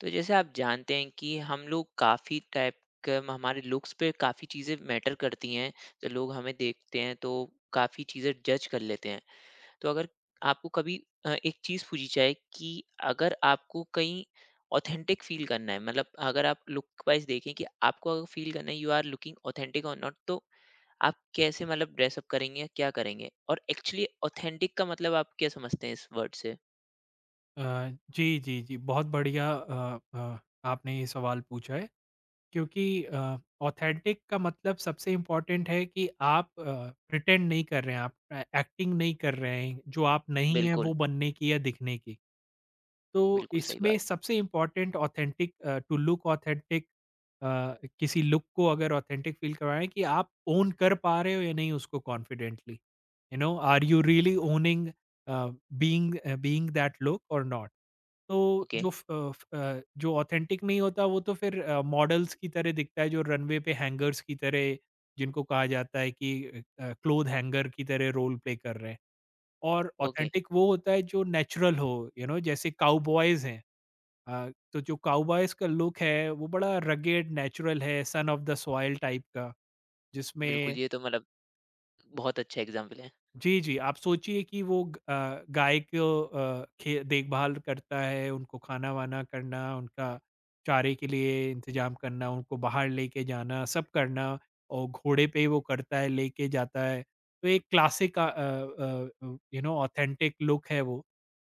तो जैसे आप जानते हैं कि हम लोग काफ़ी टाइप के हमारे लुक्स पे काफ़ी चीज़ें मैटर करती हैं। तो लोग हमें देखते हैं तो काफ़ी चीज़ें जज कर लेते हैं। तो अगर आपको कभी एक चीज़ पूछी जाए कि अगर आपको कहीं ऑथेंटिक फील करना है, मतलब अगर आप लुक वाइज देखें कि आपको अगर फील करना है, यू आर लुकिंग ऑथेंटिक और नॉट, तो आप कैसे मतलब ड्रेसअप करेंगे या क्या करेंगे? और एक्चुअली ऑथेंटिक का मतलब आप क्या समझते हैं इस वर्ड से? अ, जी, जी, जी। बहुत बढ़िया आपने ये सवाल पूछा है क्योंकि ऑथेंटिक का मतलब सबसे इम्पोर्टेंट है कि आप प्रिटेंड नहीं कर रहे हैं, आप एक्टिंग नहीं कर रहे हैं, जो आप नहीं हैं बिल्कुल। वो बनने की या दिखने की। तो बिल्कुल सही इसमें बात। सबसे important authentic to look authentic. Uh, किसी लुक को अगर ऑथेंटिक फ़ील करवाएँ कि आप ओन कर पा रहे हो या नहीं उसको confidently. You know are you really owning uh, being being that look और नॉट? तो ओके। जो फ अ, जो ऑथेंटिक नहीं होता वो तो फिर मॉडल्स की तरह दिखता है जो रनवे पे हैंगर्स की तरह, जिनको कहा जाता है कि क्लॉथ हैंगर की तरह रोल प्ले कर रहे हैं। और ओके। ऑथेंटिक वो होता है जो नेचुरल हो, यू नो जैसे काउबॉयज़ हैं। तो जो काउबॉयज़ का लुक है वो बड़ा रगेड नेचुरल है, son of the soil type का बिल्कुल, जिसमें ये तो मतलब बहुत अच्छा एग्जाम्पल है। जी, जी, आप सोचिए कि गाय को अ, खे देखभाल करता है, उनको खाना-वाना करना, उनका चारे के लिए इंतज़ाम करना, उनको बाहर लेके जाना, सब करना और घोड़े पे वो करता है, लेके जाता है। तो एक classic you know authentic look है वो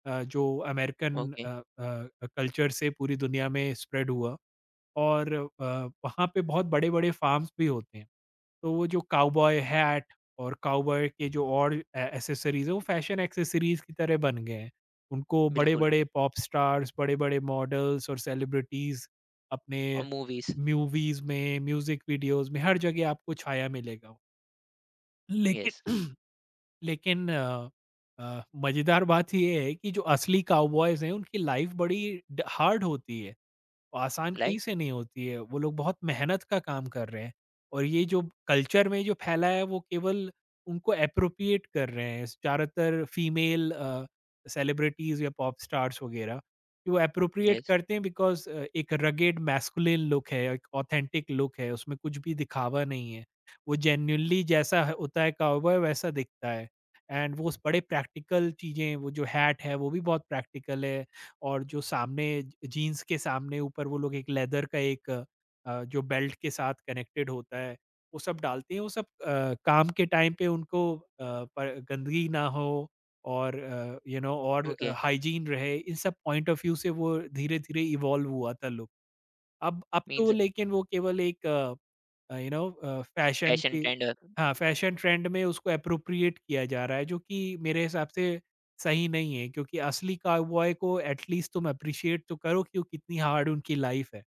जो अमेरिकन ओके, अ, कल्चर से पूरी दुनिया में स्प्रेड हुआ और वहाँ पे बहुत बड़े-बड़े फार्म्स भी होते हैं। तो वो जो काउबॉय हैट और काउबॉय के जो और ए एक्सेसरीज़ हैं, वो फैशन एक्सेसरीज़ की तरह बन गए हैं। उनको बिल्कुल। बड़े-बड़े पॉप स्टार्स, बड़े-बड़े मॉडल्स और सेलिब्रिटीज़ अपने और मूवीज़। मूवीज़ में, म्यूज़िक वीडियोज़ में, हर जगह आपको छाया मिलेगा। वो। लेकिन येस। लेकिन मज़ेदार बात ये है कि जो असली काउबॉयज़ हैं, उनकी लाइफ़ बड़ी ड हार्ड होती है। आसान कहीं लाइक। से नहीं होती है, वो लोग बहुत मेहनत का काम कर रहे हैं। और ये जो कल्चर में जो फैला है वो केवल उनको एप्रोप्रिएट कर रहे हैं, ज़्यादातर फीमेल सेलिब्रिटीज़ या पॉप स्टार्स वग़ैरह, कि वो एप्रोप्रिएट येस। करते हैं बिकॉज़ एक रगेड मैस्कुलिन लुक है, एक ऑथेंटिक लुक है, उसमें कुछ भी दिखावा नहीं है। वो जेन्युइनली जैसा ह होता है काउबॉय वैसा दिखता है, एंड वो स बड़े प्रैक्टिकल चीज़ें, वो जो हैट है वो भी बहुत प्रैक्टिकल है और जो सामने जीन्स के सामने ऊपर वो लोग एक लेदर का एक जो बेल्ट के साथ कनेक्टेड होता है, वो सब डालते हैं। वो सब काम के टाइम पे उनको पर गंदगी ना हो और यू नो और ओके। हाइजीन रहे, इन सब पॉइंट ऑफ व्यू से वो धीरे-धीरे इवॉल्व हुआ था लोग। अब मीन्स तो लेकिन वो केवल एक यू नो फैशन फैशन की। ट्रेंड। हाँ, फैशन ट्रेंड में उसको एप्रोप्रिएट किया जा रहा है, जो कि मेरे हिसाब से सही नहीं है, क्योंकि असली काउबॉय को एट लीस्ट तुम एप्रिशिएट तो करो कि वो कितनी हार्ड उनकी लाइफ़ है।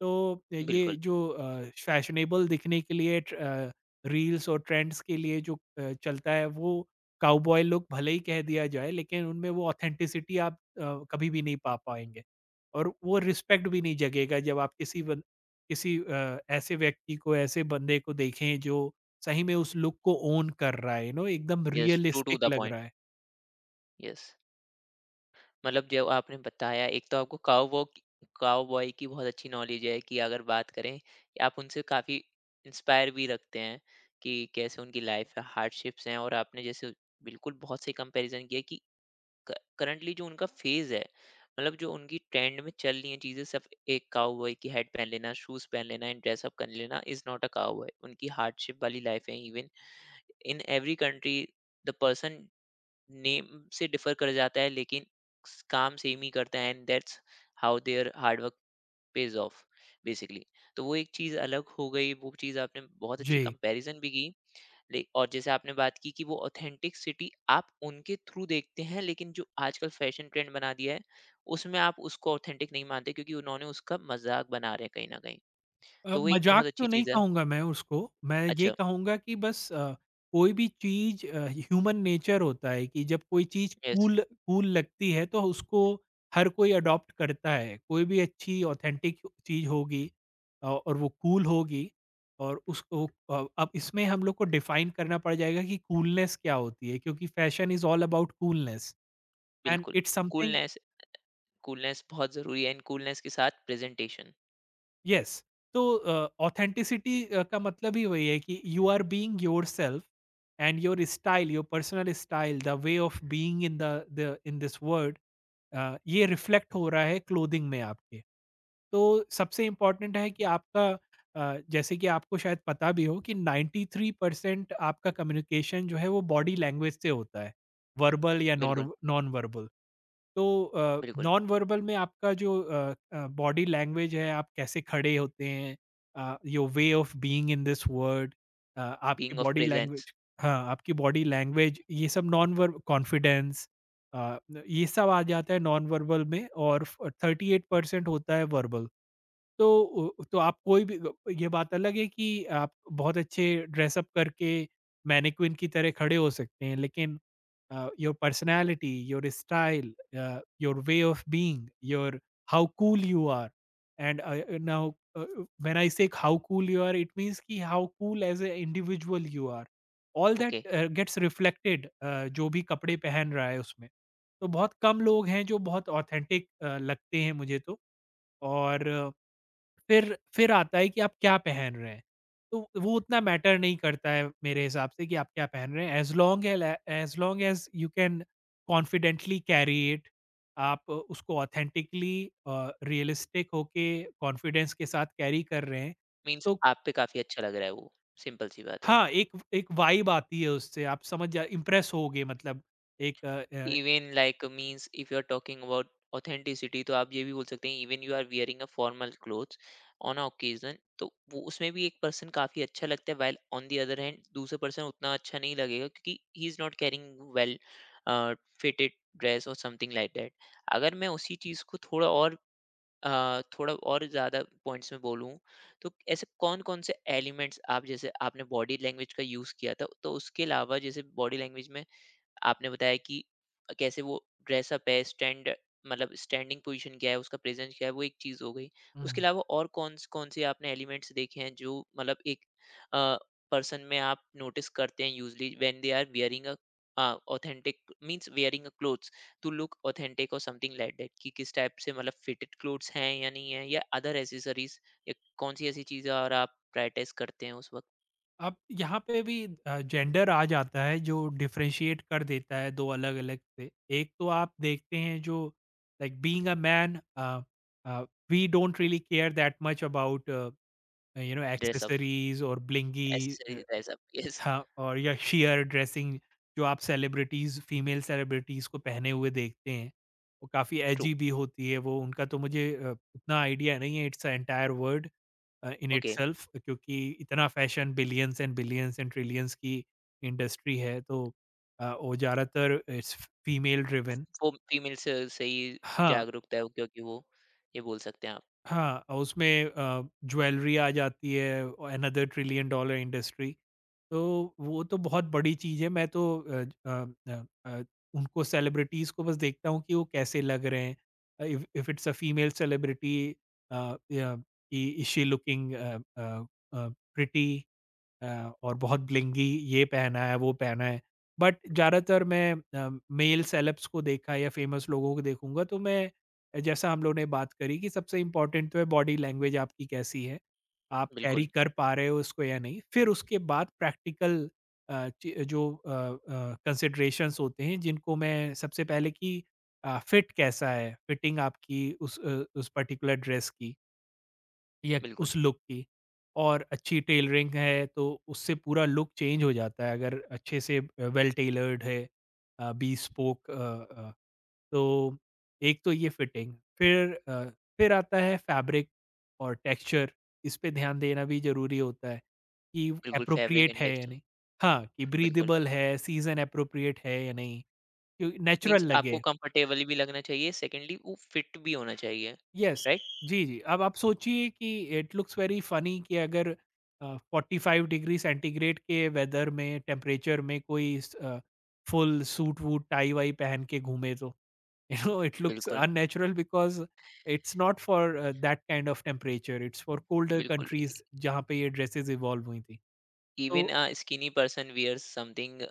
तो बिल्कुल। ये जो फैशनेबल दिखने के लिए रील्स और ट्रेंड्स के लिए जो चलता है, वो काउबॉय लुक भले ही कह दिया जाए लेकिन उनमें वो ऑथेंटिसिटी आप कभी भी नहीं पा पाएँगे। और वो रिस्पेक्ट भी नहीं जगेगा जब आप किसी ऐसे व्यक्ति को, ऐसे बंदे को देखें जो सही में उस लुक को ओन कर रहा है, यू नो एकदम yes, true to realistic the लग पॉइंट। रहा है। येस। मतलब जब आपने बताया, एक तो आपको काउबॉय की बहुत अच्छी नॉलेज है, कि अगर बात करें, आप उनसे काफ़ी इंस्पायर भी रखते हैं कि कैसे उनकी लाइफ़ है, हार्डशिप्स हैं। और आपने जैसे बिल्कुल बहुत सही कंपैरिज़न किया कि करंटली जो उनका फेज है, मतलब जो उनकी ट्रेंड में चल रही हैं चीजें, सिर्फ एक काउबॉय की हेड पहन लेना, शूज पहन लेना एंड ड्रेसअप कर लेना इज नॉट अ काउबॉय। उनकी हार्डशिप वाली लाइफ है, even in every country the person name से डिफर कर जाता है, लेकिन काम सेम ही करता है, and that's how their hard work pays off basically. तो वो एक चीज़ अलग हो गई। वो चीज़ आपने बहुत अच्छी जी। कंपैरिजन भी की। ले, और जैसे आपने बात की कि वो ऑथेंटिसिटी आप उनके थ्रू देखते हैं, लेकिन जो आजकल फैशन ट्रेंड बना दिया है, उसमें आप उसको ऑथेंटिक नहीं मानते क्योंकि उन्होंने उसका मजाक बना रहे हैं कहीं ना कहीं। तो वो एक बहुत मज़ाक तो अच्छी नहीं चीज़ है। कहूँगा मैं उसको, मैं ये अच्छा। कहूँगा कि बस कोई भी चीज़ ह्यूमन नेचर होता है कि जब कोई चीज़ यस। कूल कूल लगती है तो उसको हर कोई अडॉप्ट करता है। कोई भी अच्छी ऑथेंटिक चीज़ होगी और वो कूल होगी और उसको अब इसमें हम लोग को डिफ़ाइन करना पड़ जाएगा कि कूलनेस क्या होती है? क्योंकि fashion is all about coolness and बिल्कुल। It's something. कूलनेस। कूलनेस बहुत ज़रूरी है, इन कूलनेस के साथ प्रेजेंटेशन। यस, तो ऑथेंटिसिटी का मतलब ही वही है कि you are being yourself and your style, your personal style, the way of being in this world, ये रिफ्लेक्ट हो रहा है क्लोथिंग में आपके। तो सबसे इम्पोर्टेंट है कि आपका जैसे कि आपको शायद पता भी हो कि 93% परसेंट आपका कम्युनिकेशन जो है वो बॉडी लैंग्वेज से होता है, वर्बल या बिल्कुल। Non verbal. तो बिल्कुल। नॉन वर्बल में आपका जो बॉडी लैंग्वेज है, आप कैसे खड़े होते हैं, your way of being in this world, being आपकी ऑफ बॉडी प्रेजेंस। लैंग्वेज। हाँ, आपकी बॉडी लैंग्वेज, ये सब नॉन वर्ब कॉन्फिडेंस, अ, न ये सब आ जाता है नॉन वर्बल में, और फ 38% होता है वर्बल। तो उ तो आप कोई भी ग ये बात अलग है कि आप बहुत अच्छे ड्रेसअप करके मैनीक्विन की तरह खड़े हो सकते हैं, लेकिन your personality, your style, your way of being, your how cool you are, and now uh, when I say how cool you are, it means कि how cool as a individual you are. All okay. That gets reflected जो भी कपड़े पहन रहा है उसमें। तो बहुत कम लोग हैं जो बहुत ऑथेंटिक लगते हैं मुझे तो। और फिर आता है कि आप क्या पहन रहे हैं। तो वो उतना मैटर नहीं करता है मेरे हिसाब से कि आप क्या पहन रहे हैं, as long as you can confidently carry it, आप उसको ऑथेंटिकली रियलिस्टिक होके कॉन्फिडेंस के साथ कैरी कर रहे हैं। मीन्स तो आप पे काफ़ी अच्छा लग रहा है वो, सिंपल सी बात है। हाँ, एक एक वाइब आती है उससे आप समझ जा इम्प्रेस होगे, मतलब एक even like, means if you are talking about authenticity, तो आप ये भी बोल सकते हैं, even you are wearing a formal clothes on a occasion, तो वो उसमें भी एक पर्सन काफी अच्छा लगता है, while on the other hand दूसरा पर्सन उतना अच्छा नहीं लगेगा क्योंकि he is not carrying well fitted dress और समथिंग लाइक दैट। अगर मैं उसी चीज को थोड़ा और ज्यादा पॉइंट्स में बोलूं, तो ऐसे कौन कौन से एलिमेंट्स आप, जैसे आपने बॉडी लैंग्वेज का यूज किया था, तो उसके अलावा, जैसे बॉडी लैंग्वेज में आपने बताया कि कैसे वो ड्रेसअप है, स्टैंड मतलब स्टैंडिंग पोजीशन क्या है, उसका प्रेज़ेंस क्या है, वो एक चीज़ हो गई। उसके हुँ। अलावा और कौन-कौन से आपने एलिमेंट्स देखे हैं जो मतलब एक अ, पर्सन में आप नोटिस करते हैं usually when they are wearing a authentic, means wearing a clothes to look authentic और समथिंग लाइक दैट, कि किस टाइप से, मतलब फिटेड क्लोथ्स हैं या नहीं है, या अदर एक्सेसरीज़, या कौन-सी ऐसी चीज़ है और आप प्रायोरिटाइज़ करते हैं उस वक़्त? अब यहाँ पे भी जेंडर आ जाता है जो डिफरेंशिएट कर देता है दो अलग अलग से। एक तो आप देखते हैं जो like being a man, we don't really care that much about, you know, dress up, accessories और ब्लिंगी। Accessories, dress up. यस। हाँ, और या शियर ड्रेसिंग जो आप सेलिब्रिटीज़, फीमेल सेलिब्रिटीज़ को पहने हुए देखते हैं, वो काफ़ी ट्रू। एजी भी होती है वो, उनका तो मुझे उतना आइडिया नहीं है, it's a entire world in okay. Itself, क्योंकि इतना फ़ैशन, बिलियंस एंड ट्रिलियंस की इंडस्ट्री है। तो वो ज़्यादातर इट्स फीमेल ड्रिवन। वो फीमेल से सही हाँ। जागरूकता है वो, क्योंकि वो, ये बोल सकते हैं आप। हाँ, उसमें ज्वेलरी आ जाती है, औ अनदर ट्रिलियन डॉलर इंडस्ट्री। तो वो तो बहुत बड़ी चीज़ है, मैं तो अ, ज अ अ अ, उनको सेलिब्रिटीज़ को बस देखता हूँ कि वो कैसे लग रहे हैं। If if it's a female celebrity, या इ is she looking a uh, pretty? और बहुत ब्लिंगी ये पहना है, वो पहना है। बट ज़्यादातर मैं मेल सेलेब्स को देखा या फ़ेमस लोगों को देखूँगा तो मैं जैसा हम लोगों ने बात करी कि सबसे इम्पोर्टेंट तो है बॉडी लैंग्वेज आपकी कैसी है, आप कैरी बिल्कुल। कर पा रहे हो उसको या नहीं। फिर उसके बाद प्रैक्टिकल अ, ची जो अ अ, कंसिडरेशंस होते हैं जिनको मैं सबसे पहले कि फिट कैसा है, फिटिंग आपकी उस उस पर्टिकुलर ड्रेस की, या बिल्कुल। उस लुक की, और अच्छी टेलरिंग है तो उससे पूरा लुक चेंज हो जाता है अगर अच्छे से वेल टेलर्ड है, बी स्पोक। तो एक तो ये फिटिंग, फिर फिर आता है फैब्रिक और टेक्सचर, इस पे ध्यान देना भी ज़रूरी होता है, कि बिल्कुल, फैब्रिक एप्रोप्रिएट एंड है या टेक्सचर। नहीं। हाँ, कि बिल्कुल। ब्रीदेबल है, सीज़न एप्रोप्रिएट है या नहीं, क्योंकि मींस नेचुरल आपको लगे। कंफर्टेबल भी लगना चाहिए, सेकेंडली वो फिट भी होना चाहिए। Yes, right. जी, जी। अब आप सोचिए कि इट लुक्स वेरी फ़नी कि अगर 45 डिग्री सेंटीग्रेड के वेदर में, टेम्परेचर में फुल सूट-वूट, टाई-वाई पहन के घूमे तो, यू नो इट लुक्स बिल्कुल। Unnatural because it's not for that kind of temperature, it's for colder बिल्कुल। कंट्रीज़ जहाँ पे ये ड्रेसेज़ इवॉल्व हुई थी। तो even a skinny person wears something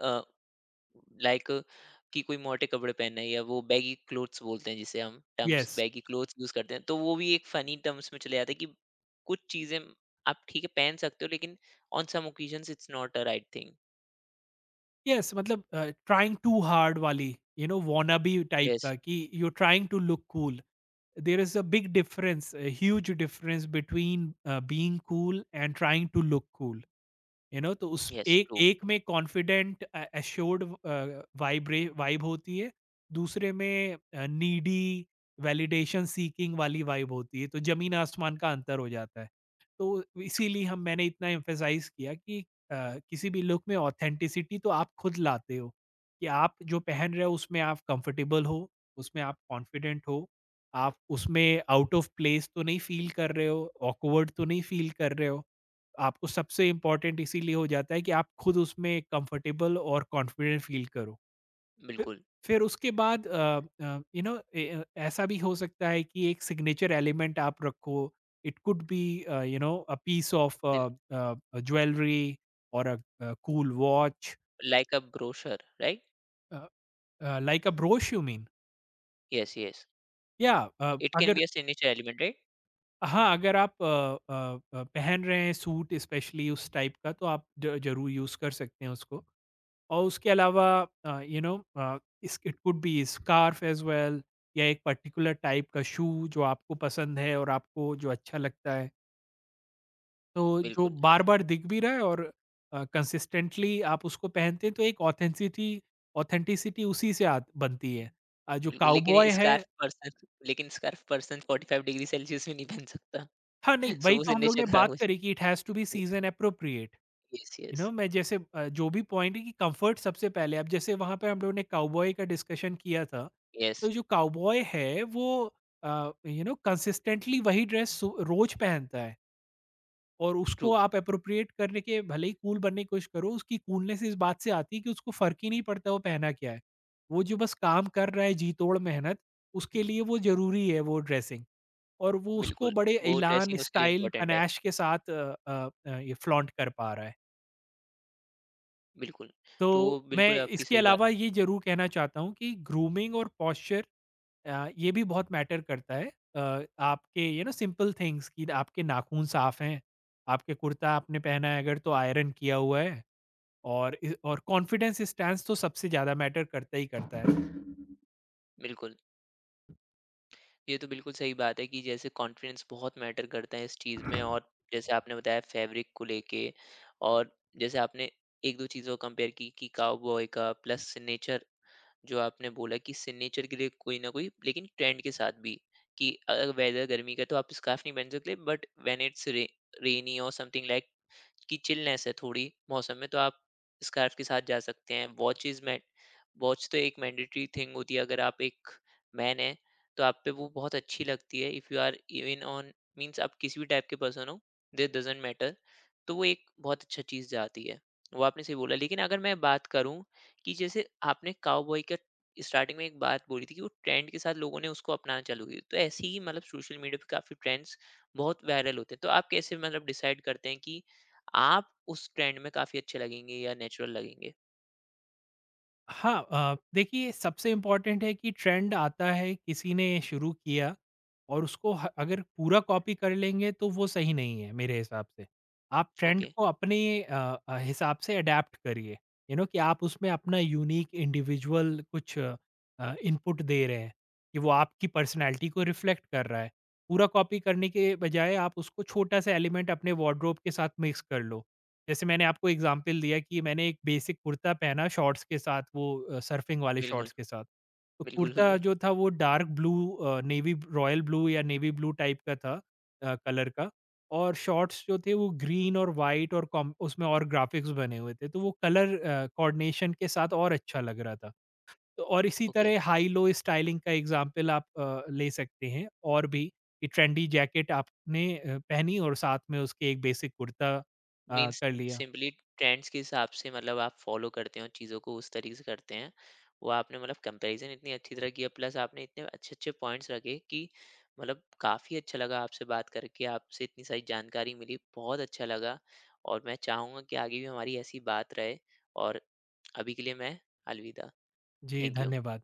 like, कि कोई मोटे कपड़े पहनना है या वो बैगी क्लोथ्स बोलते हैं जिसे हम terms yes, baggy clothes use करते हैं, तो वो भी एक फनी टर्म्स में चले जाता है कि कुछ चीजें आप ठीक है पहन सकते हो, लेकिन on some occasions it's not a right thing. Yes, मतलब ट्राइंग टू हार्ड वाली, you know wannabe type Yes, का कि you are trying to look cool. There is a big difference, a huge difference between being cool and trying to look cool. You know, तो उस yes, एक true। एक में confident assured vibe होती है, दूसरे में नीडी वैलिडेशन सीकिंग वाली वाइब होती है, तो जमीन आसमान का अंतर हो जाता है। तो इसीलिए हम मैंने इतना एम्फेसाइज किया कि अ, किसी भी लुक में ऑथेंटिसिटी तो आप खुद लाते हो, कि आप जो पहन रहे हो उसमें आप कंफर्टेबल हो, उसमें आप कॉन्फिडेंट हो, आप उसमें आउट ऑफ प्लेस तो नहीं फील कर रहे हो, ऑकवर्ड तो नहीं फील कर रहे हो। आपको सबसे इम्पोर्टेंट इसीलिए हो जाता है कि आप खुद उसमें कंफर्टेबल और कॉन्फिडेंट फील करो। फिर बिल्कुल। फिर उसके बाद यू नो ऐसा भी हो सकता है कि एक सिग्नेचर एलिमेंट आप रखो। It could be you know a piece of Then jewellery और cool watch, like a brochure, right? Uh like a brooch you mean? Yes, yes। या It can अगर be a signature element, right? हाँ, अगर आप पहन रहे हैं suit specially उस टाइप का तो आप ज ज़रूर यूज़ कर सकते हैं उसको। और उसके अलावा यू नो इस it could be scarf as well, या एक पर्टिकुलर टाइप का शू जो आपको पसंद है और आपको जो अच्छा लगता है। तो जो बिल्कुल, बार-बार दिख भी रहा है और कंसिस्टेंटली आप उसको पहनते हैं, तो एक ऑथेंसिटी ऑथेंटिसिटी उसी से आत बनती है। जो बिल्कुल। लेकिन काउबॉय है। स्कार्फ पर्सन लेकिन स्कार्फ पर्सन 45 डिग्री सेल्सियस में नहीं पहन सकता। हाँ, नहीं सो वही वो तो हम लोग सिग्नेचर ने खराब हो। बात करी कि it has to be season appropriate. Yes. You yes. No मैं जैसे जो भी पॉइंट है कि कंफर्ट सबसे पहले, अब जैसे वहां पे हम लोगों ने काउबॉय का डिस्कशन किया था, यस। तो जो काउबॉय है वो यू नो कंसिस्टेंटली वही ड्रेस रोज पहनता है, और ट्रू। उसको आप अप्रोप्रिएट करने के भले ही कूल बनने की कोशिश करो, उसकी कूलनेस इस बात से आती है कि उसको फर्क ही नहीं पड़ता वो पहना क्या है। वो जो बस काम कर रहा है जी तोड़ मेहनत, उसके लिए वो जरूरी है, वो ड्रेसिंग, और वो उसको बिल्कुल। बड़े वो ऐलान ड्रेसिंग उसके लिए स्टाइल इम्पोर्टेंट है। पनैश के साथ ये फ्लॉन्ट कर पा रहा है। बिल्कुल। तो वो तो मैं बिल्कुल आपकी इसके सही बात। अलावा ये ज़रूर कहना चाहता हूँ कि ग्रूमिंग और पॉस्चर ये भी बहुत मैटर करता है। आपके यू नो सिंपल थिंग्स कि आपके नाखून साफ़ हैं, आपके कुर्ता आपने पहना है अगर तो आयरन किया हुआ है, और इ और कॉन्फिडेंस स्टैंस तो सबसे ज़्यादा मैटर करता ही करता बिल्कुल, ये तो बिल्कुल सही बात है कि जैसे कॉन्फिडेंस बहुत मैटर करता है इस चीज़ है। में, और जैसे आपने बताया फैब्रिक को लेके। और जैसे आपने एक दो चीज़ों को कंपेयर की कि काउबॉय का प्लस सिग्नेचर, जो आपने बोला कि सिग्नेचर के लिए कोई ना कोई, लेकिन ट्रेंड के साथ भी, कि अगर वेदर गर्मी का है, तो आप स्कार्फ नहीं पहन सकते, बट व्हेन इट्स रेनी और समथिंग लाइक, की चिलनेस है थोड़ी मौसम में, तो आप स्कार्फ के साथ जा सकते हैं। वॉचेज़ में वॉच तो एक मैंडेटरी थिंग होती है, अगर आप एक मैन हैं, तो आप पे वो बहुत अच्छी लगती है। If you are even on, means आप किसी भी टाइप के पर्सन हो, दिस डज़न्ट मैटर। तो वो एक बहुत अच्छा चीज़ जाती है। वो आपने सही बोला। लेकिन अगर मैं बात करूँ कि जैसे आपने काउबॉय का स्टार्टिंग में एक बात बोली थी कि वो ट्रेंड के साथ लोगों ने उसको अपनाना चालू की, तो ऐसे ही मतलब सोशल मीडिया पे काफ़ी ट्रेंड्स बहुत वायरल होते हैं। तो आप कैसे मतलब डिसाइड करते हैं कि आप उस ट्रेंड में काफ़ी अच्छे लगेंगे या नेचुरल लगेंगे? हाँ, देखिए सबसे इम्पोर्टेंट है कि ट्रेंड आता है किसी ने शुरू किया, और अगर पूरा कॉपी कर लेंगे तो वो सही नहीं है मेरे हिसाब से, आप ट्रेंड ओके। को अपने अ, हिसाब से अडेप्ट करिए, यू नो कि आप उसमें अपना यूनिक इंडिविजुअल कुछ इनपुट दे रहे हैं, कि वो आपकी पर्सनैलिटी को रिफ्लेक्ट कर रहा है। पूरा कॉपी करने के बजाय आप उसको छोटा सा एलिमेंट अपने वार्ड्रोब के साथ मिक्स कर लो, जैसे मैंने आपको एग्ज़ाम्पल दिया कि मैंने एक बेसिक कुर्ता पहना शॉर्ट्स के साथ, वो सर्फिंग वाले बिल्कुल, शॉर्ट्स के साथ। तो बिल्कुल, कुर्ता बिल्कुल। जो था वो dark blue, navy royal blue या नेवी ब्लू टाइप का था, कलर का, और शॉर्ट्स जो थे वो ग्रीन और वाइट, और कॉम उसमें और ग्राफ़िक्स बने हुए थे। तो वो कलर कोऑर्डिनेशन के साथ और अच्छा लग रहा था। तो और इसी ओके। तरह हाई लो स्टाइलिंग का एग्ज़ाम्पल आप ले सकते हैं, और भी, कि ट्रेंडी जैकेट आपने पहनी और साथ में उसके एक बेसिक कुर्ता मीन्स कर लिया। सिंपली ट्रेंड्स के हिसाब से, मतलब आप फ़ॉलो करते हो चीज़ों को उस तरीके से करते हैं। वो आपने मतलब कंपैरिज़न इतनी अच्छी तरह किया, प्लस आपने इतने अच्छे-अच्छे पॉइंट्स रखे कि मतलब काफ़ी अच्छा लगा आपसे बात करके, आपसे इतनी सारी जानकारी मिली, बहुत अच्छा लगा, और मैं चाहूँगा कि आगे भी हमारी ऐसी बात रहे, और अभी के लिए मैं अलविदा। जी, थैंक यू। धन्यवाद।